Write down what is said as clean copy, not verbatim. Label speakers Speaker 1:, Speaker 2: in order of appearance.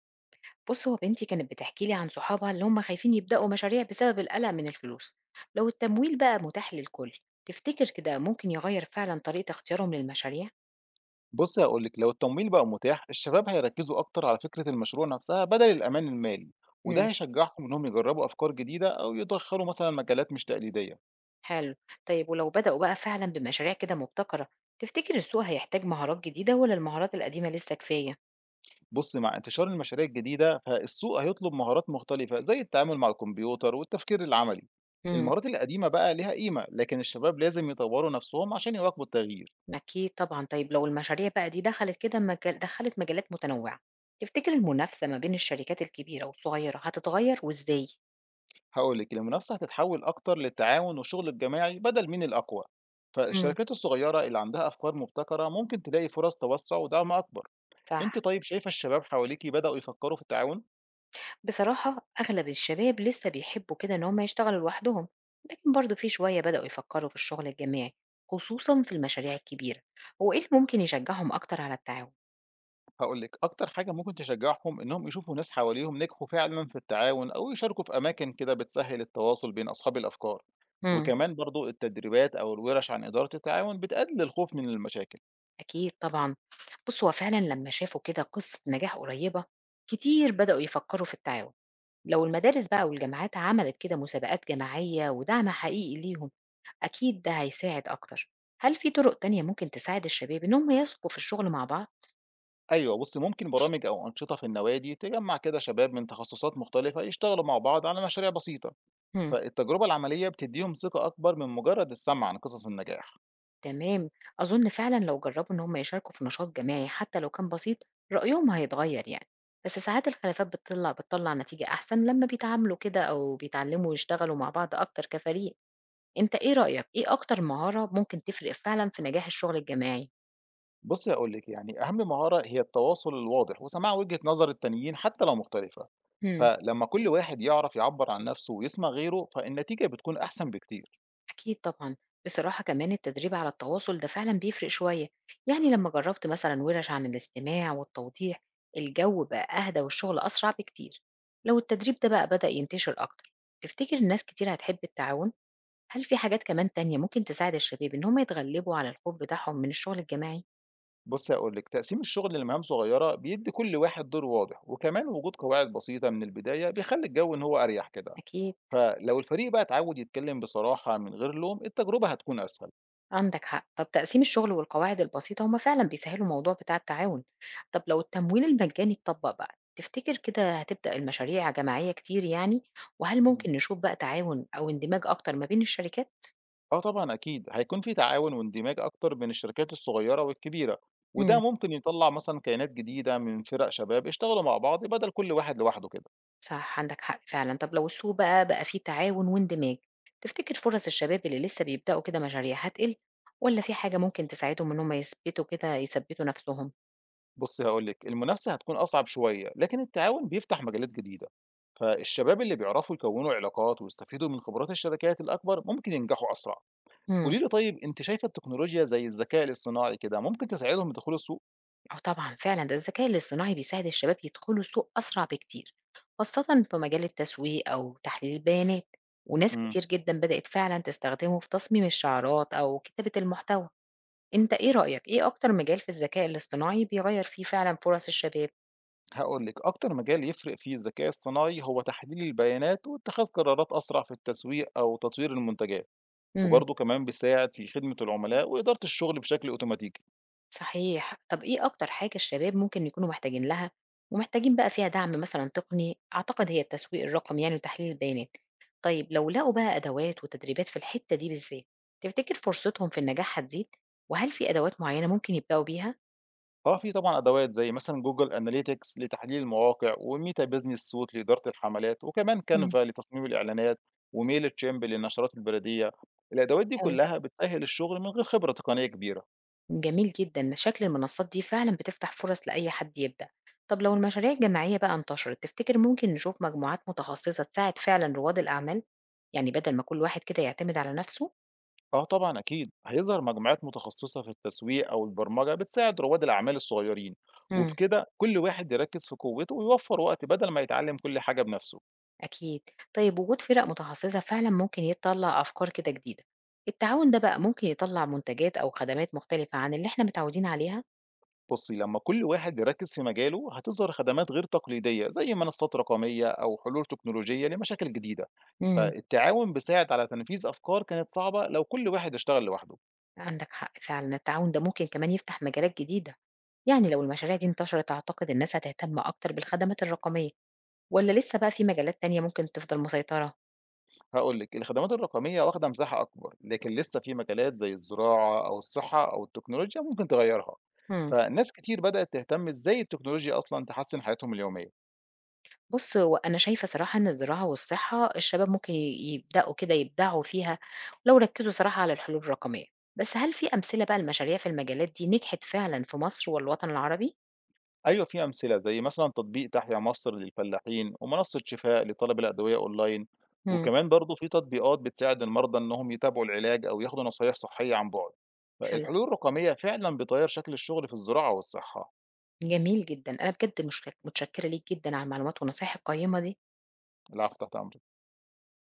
Speaker 1: بُص، هو بنتي كانت بتحكي لي عن صحابها اللي هم خايفين يبدأوا مشاريع بسبب القلق من الفلوس، لو التمويل بقى متاح للكل، تفتكر كده ممكن يغير فعلًا طريقة اختيارهم للمشاريع؟
Speaker 2: بُصّي هاقول لِك، لو التمويل بقى متاح، الشباب هيركّزوا أكتر على فكرة المشروع نفسها بدل الأمان المالي، وده
Speaker 1: إمم،
Speaker 2: هيشجّعهم إنهم يجرّبوا أفكار جديدة أو يدخّلوا مثلًا مجالات مش تقليدية.
Speaker 1: حلو، طيب ولو بدأوا بقى فعلًا بمشاريع كده مبتكرة، تفتكر السوق هيحتاج مهارات جديدة والّا المهارات القديمة لسه كفاية؟
Speaker 2: بُصّي مع انتشار المشاريع الجديدة، فالسوق هيطلب مهارات مختلفة زي التعامل مع الكمبيوتر والتفكير العملي.
Speaker 1: إمم،
Speaker 2: المهارات القديمة بقى ليها قيمة، لكن الشباب لازم يطوّروا نفسهم عشان يواكبوا التغيير.
Speaker 1: أكيد طبعًا، طيب لو المشاريع بقى دي دخلت مجالات متنوعة، تفتكر المنافسة ما بين الشركات الكبيرة والصغيرة هتتغير وإزاي؟
Speaker 2: هاقول لِك، المنافسة هتتحوّل أكتر للتعاون والشغل الجماعي بدل مين الأقوى.
Speaker 1: إمم،
Speaker 2: فالشركات الصغيرة اللي عندها أفكار مبتكرة ممكن تلاقي فرص توسّع ودعم أكبر.
Speaker 1: صح.
Speaker 2: أنتِ طيب شايفة الشباب حواليكِ بدأوا يفكّروا في التعاون؟
Speaker 1: بصراحة أغلب الشباب لسه بيحبوا كده إن هما يشتغلوا لوحدهم، لكن برضه في شوية بدأوا يفكروا في الشغل الجماعي، خصوصا في المشاريع الكبيرة. هو إيه اللي ممكن يشجعهم أكتر على التعاون؟
Speaker 2: هاقول لِك، أكتر حاجة ممكن تشجّعهم إنّهم يشوفوا ناس حواليهم نجحوا فعلًا في التعاون أو يشاركوا في أماكن كده بتسهّل التواصل بين أصحاب الأفكار،
Speaker 1: مم.
Speaker 2: وكمان برضه التدريبات أو الوِرَش عن إدارة التعاون بتقلل الخوف من المشاكل.
Speaker 1: أكيد طبعا، بص هو فعلا لما شافوا كده قصة نجاح قريبة، كتير بدأوا يفكروا في التعاون. لو المدارس بقى والجامعات عملت كده مسابقات جماعية ودعم حقيقي ليهم، أكيد ده هيساعد أكتر. هل في طرق تانية ممكن تساعد الشباب إن هم يثقوا في الشغل مع بعض؟
Speaker 2: أيوه بُصّي، ممكن برامج أو أنشطة في النوادي تجمّع كده شباب من تخصصات مختلفة يشتغلوا مع بعض على مشاريع بسيطة،
Speaker 1: مم.
Speaker 2: فالتجربة العملية بتدّيهم ثقة أكبر من مجرّد السَمْع عن قصص النجاح.
Speaker 1: تمام، أظن فعلا لو جربوا إن هم يشاركوا في نشاط جماعي حتى لو كان بسيط، رأيهم هيتغير يعني. بس ساعات الخلافات بتطلع نتيجة أحسن لما بيتعاملوا كده أو بيتعلموا يشتغلوا مع بعض أكتر كفريق. أنت إيه رأيك؟ إيه أكتر مهارة ممكن تفرق فعلا في نجاح الشغل الجماعي؟
Speaker 2: بُصّي هاقول لِك، أهم مهارة هي التواصل الواضح وسماع وجهة نظر التانيين حتى لو مختلفة،
Speaker 1: مم.
Speaker 2: فلمّا كل واحد يعرف يعبّر عن نَفْسه ويسمع غيره، فالنتيجة بتكون أحسن بكتير.
Speaker 1: أكيد طبعًا، بصراحة كمان التدريب على التواصل ده فعلًا بيفرق شوية، يعني لمّا جرّبت مثلًا وِرَش عن الاستماع والتوضيح، الجو بقى أهدى والشغل أسرع بكتير، لو التدريب ده بقى بدأ ينتشر أكتر، تفتكر الناس كتير هتحب التعاون؟ هل في حاجات كمان تانية ممكن تساعد الشباب إن هم يتغلبوا على الخوف بتاعهم من الشغل الجماعي؟
Speaker 2: بُصّي هاقول لِك، تقسيم الشغل لمهام صغيرة بيدّي كل واحد دور واضح، وكمان وجود قواعد بسيطة من البداية بيخلّي الجو إن هو أريح كده،
Speaker 1: أكيد.
Speaker 2: فلو الفريق بقى اتعوّد يتكلّم بصراحة من غير لوم، التجربة هتكون أسهل.
Speaker 1: عندك حق. طب تقسيم الشغل والقواعد البسيطة هما فعلا بيسهلوا الموضوع بتاع التعاون. طب لو التمويل المجاني اتطبق بقى، تفتكر كده هتبدأ المشاريع جماعية كتير يعني؟ وهل ممكن نشوف بقى تعاون أو اندماج أكتر ما بين الشركات؟
Speaker 2: آه طبعًا أكيد، هيكون في تعاون واندماج أكتر بين الشركات الصغيرة والكبيرة، وده
Speaker 1: مم.
Speaker 2: ممكن يطلّع مثلًا كيانات جديدة من فرق شباب اشتغلوا مع بعض بدل كل واحد لوحده كده.
Speaker 1: صح، عندك حق فعلا. طب لو السوق بقى فيه تعاون واندماج، تفتكر فرص الشباب اللي لسه بيبدأوا كده مشاريع هتقل، ولا في حاجة ممكن تساعدهم إن هم يثبتوا نفسهم؟
Speaker 2: بُصّي هاقول لِك، المنافسة هتكون أصعب شوية، لكن التعاون بيفتح مجالات جديدة، فالشباب اللي بيعرفوا يكوّنوا علاقات ويستفيدوا من خبرات الشركات الأكبر ممكن ينجحوا أسرع. قولي لي طيب أنتِ شايفة التكنولوجيا زي الذكاء الاصطناعي كده ممكن تساعدهم يدخلوا السوق؟
Speaker 1: آه طبعًا فعلًا، ده الذكاء الاصطناعي بيساعد الشباب يدخلوا السوق أسرع بكتير، خاصةً في مجال التسويق أو تحليل البيانات، وناس
Speaker 2: إمم.
Speaker 1: كتير جدًا بدأت فعلًا تستخدمه في تصميم الشعارات أو كتابة المحتوى، أنت إيه رأيك، إيه أكتر مجال في الذكاء الاصطناعي بيغيّر فيه فعلًا فرص الشباب؟
Speaker 2: هاقول لِك، أكتر مجال يفرق فيه الذكاء الصناعي هو تحليل البيانات واتخاذ قرارات أسرع في التسويق أو تطوير المنتجات،
Speaker 1: إمم.
Speaker 2: وبرضه كمان بيساعد في خدمة العملاء وإدارة الشغل بشكل أوتوماتيكي.
Speaker 1: صحيح. طب إيه أكتر حاجة الشباب ممكن يكونوا محتاجين لها ومحتاجين بقى فيها دعم مثلًا تقني؟ أعتقد هي التسويق الرقمي يعني وتحليل البيانات. طيب لو لقوا بقى أدوات وتدريبات في الحتّة دي بالذات، تفتكر فرصتهم في النجاح هتزيد؟ وهل في أدوات معيّنة ممكن يبدأوا بيها؟
Speaker 2: آه، في طبعًا أدوات زي مثلًا Google Analytics لتحليل المواقع، وMeta Business Suite لإدارة الحملات، وكمان
Speaker 1: إمم.
Speaker 2: Canva لتصميم الإعلانات، وMailChimp للنشرات البريدية. الأدوات دي
Speaker 1: حلو،
Speaker 2: كلها بتسهل الشغل من غير خبرة تقنية كبيرة.
Speaker 1: جميل جدًا. شكل المنصات دي فعلًا بتفتح فرص لأي حد يبدأ. طب لو المشاريع الجماعية بقى انتشرت، تفتكر ممكن نشوف مجموعات متخصصة تساعد فعلًا رواد الأعمال؟ يعني بدل ما كل واحد كده يعتمد على نفسه؟
Speaker 2: آه طبعًا أكيد، هيظهر مجموعات متخصصة في التسويق أو البرمجة بتساعد رواد الأعمال الصغيرين،
Speaker 1: إمم.
Speaker 2: وبكده كل واحد يركّز في قوته ويوفّر وقت بدل ما يتعلم كل حاجة بنفسه.
Speaker 1: أكيد. طيب وجود فرق متخصصة فعلا ممكن يطلع أفكار كده جديدة. التعاون ده بقى ممكن يطلع منتجات أو خدمات مختلفة عن اللي احنا متعودين عليها.
Speaker 2: بُصّي، لمّا كل واحد يركّز في مجاله هتظهر خدمات غير تقليدية زي منصات رقمية أو حلول تكنولوجية لمشاكل جديدة،
Speaker 1: امم.
Speaker 2: فالتعاون بيساعد على تنفيذ أفكار كانت صعبة لو كل واحد اشتغل لوحده.
Speaker 1: عندك حق فعلا، التعاون ده ممكن كمان يفتح مجالات جديدة. يعني لو المشاريع دي انتشرت، أعتقد الناس هتهتم أكتر بالخدمات الرقمية، ولا لسه بقى في مجالات تانية ممكن تفضل مسيطرة؟
Speaker 2: هاقول لِك، الخدمات الرقمية واخدة مساحة أكبر، لكن لسه في مجالات زي الزراعة أو الصحة أو التكنولوجيا ممكن تغيّرها،
Speaker 1: مم.
Speaker 2: فناس كتير بدأت تهتم إزاي التكنولوجيا أصلًا تحسّن حياتهم اليومية.
Speaker 1: بُص، هو أنا شايفة صراحة إن الزراعة والصحة الشباب ممكن يبدأوا كده يبدعوا فيها لو ركّزوا صراحة على الحلول الرقمية، بس هل في أمثلة بقى لمشاريع في المجالات دي نجحت فعلًا في مصر والوطن العربي؟
Speaker 2: أيوه في أمثلة زي مثلًا تطبيق تحيا مصر للفلاحين، ومنصة شفاء لطلب الأدوية أونلاين،
Speaker 1: إمم.
Speaker 2: وكمان برضه في تطبيقات بتساعد المرضى إنهم يتابعوا العلاج أو ياخدوا نصايح صحية عن بُعد.
Speaker 1: حلو،
Speaker 2: فالحلول الرقمية فعلًا بتغيّر شكل الشغل في الزراعة والصحة.
Speaker 1: جميل جدًا، أنا بجد متشكرة ليك جدًا على المعلومات والنصايح القيّمة دي.
Speaker 2: العفو، تحت أمرك.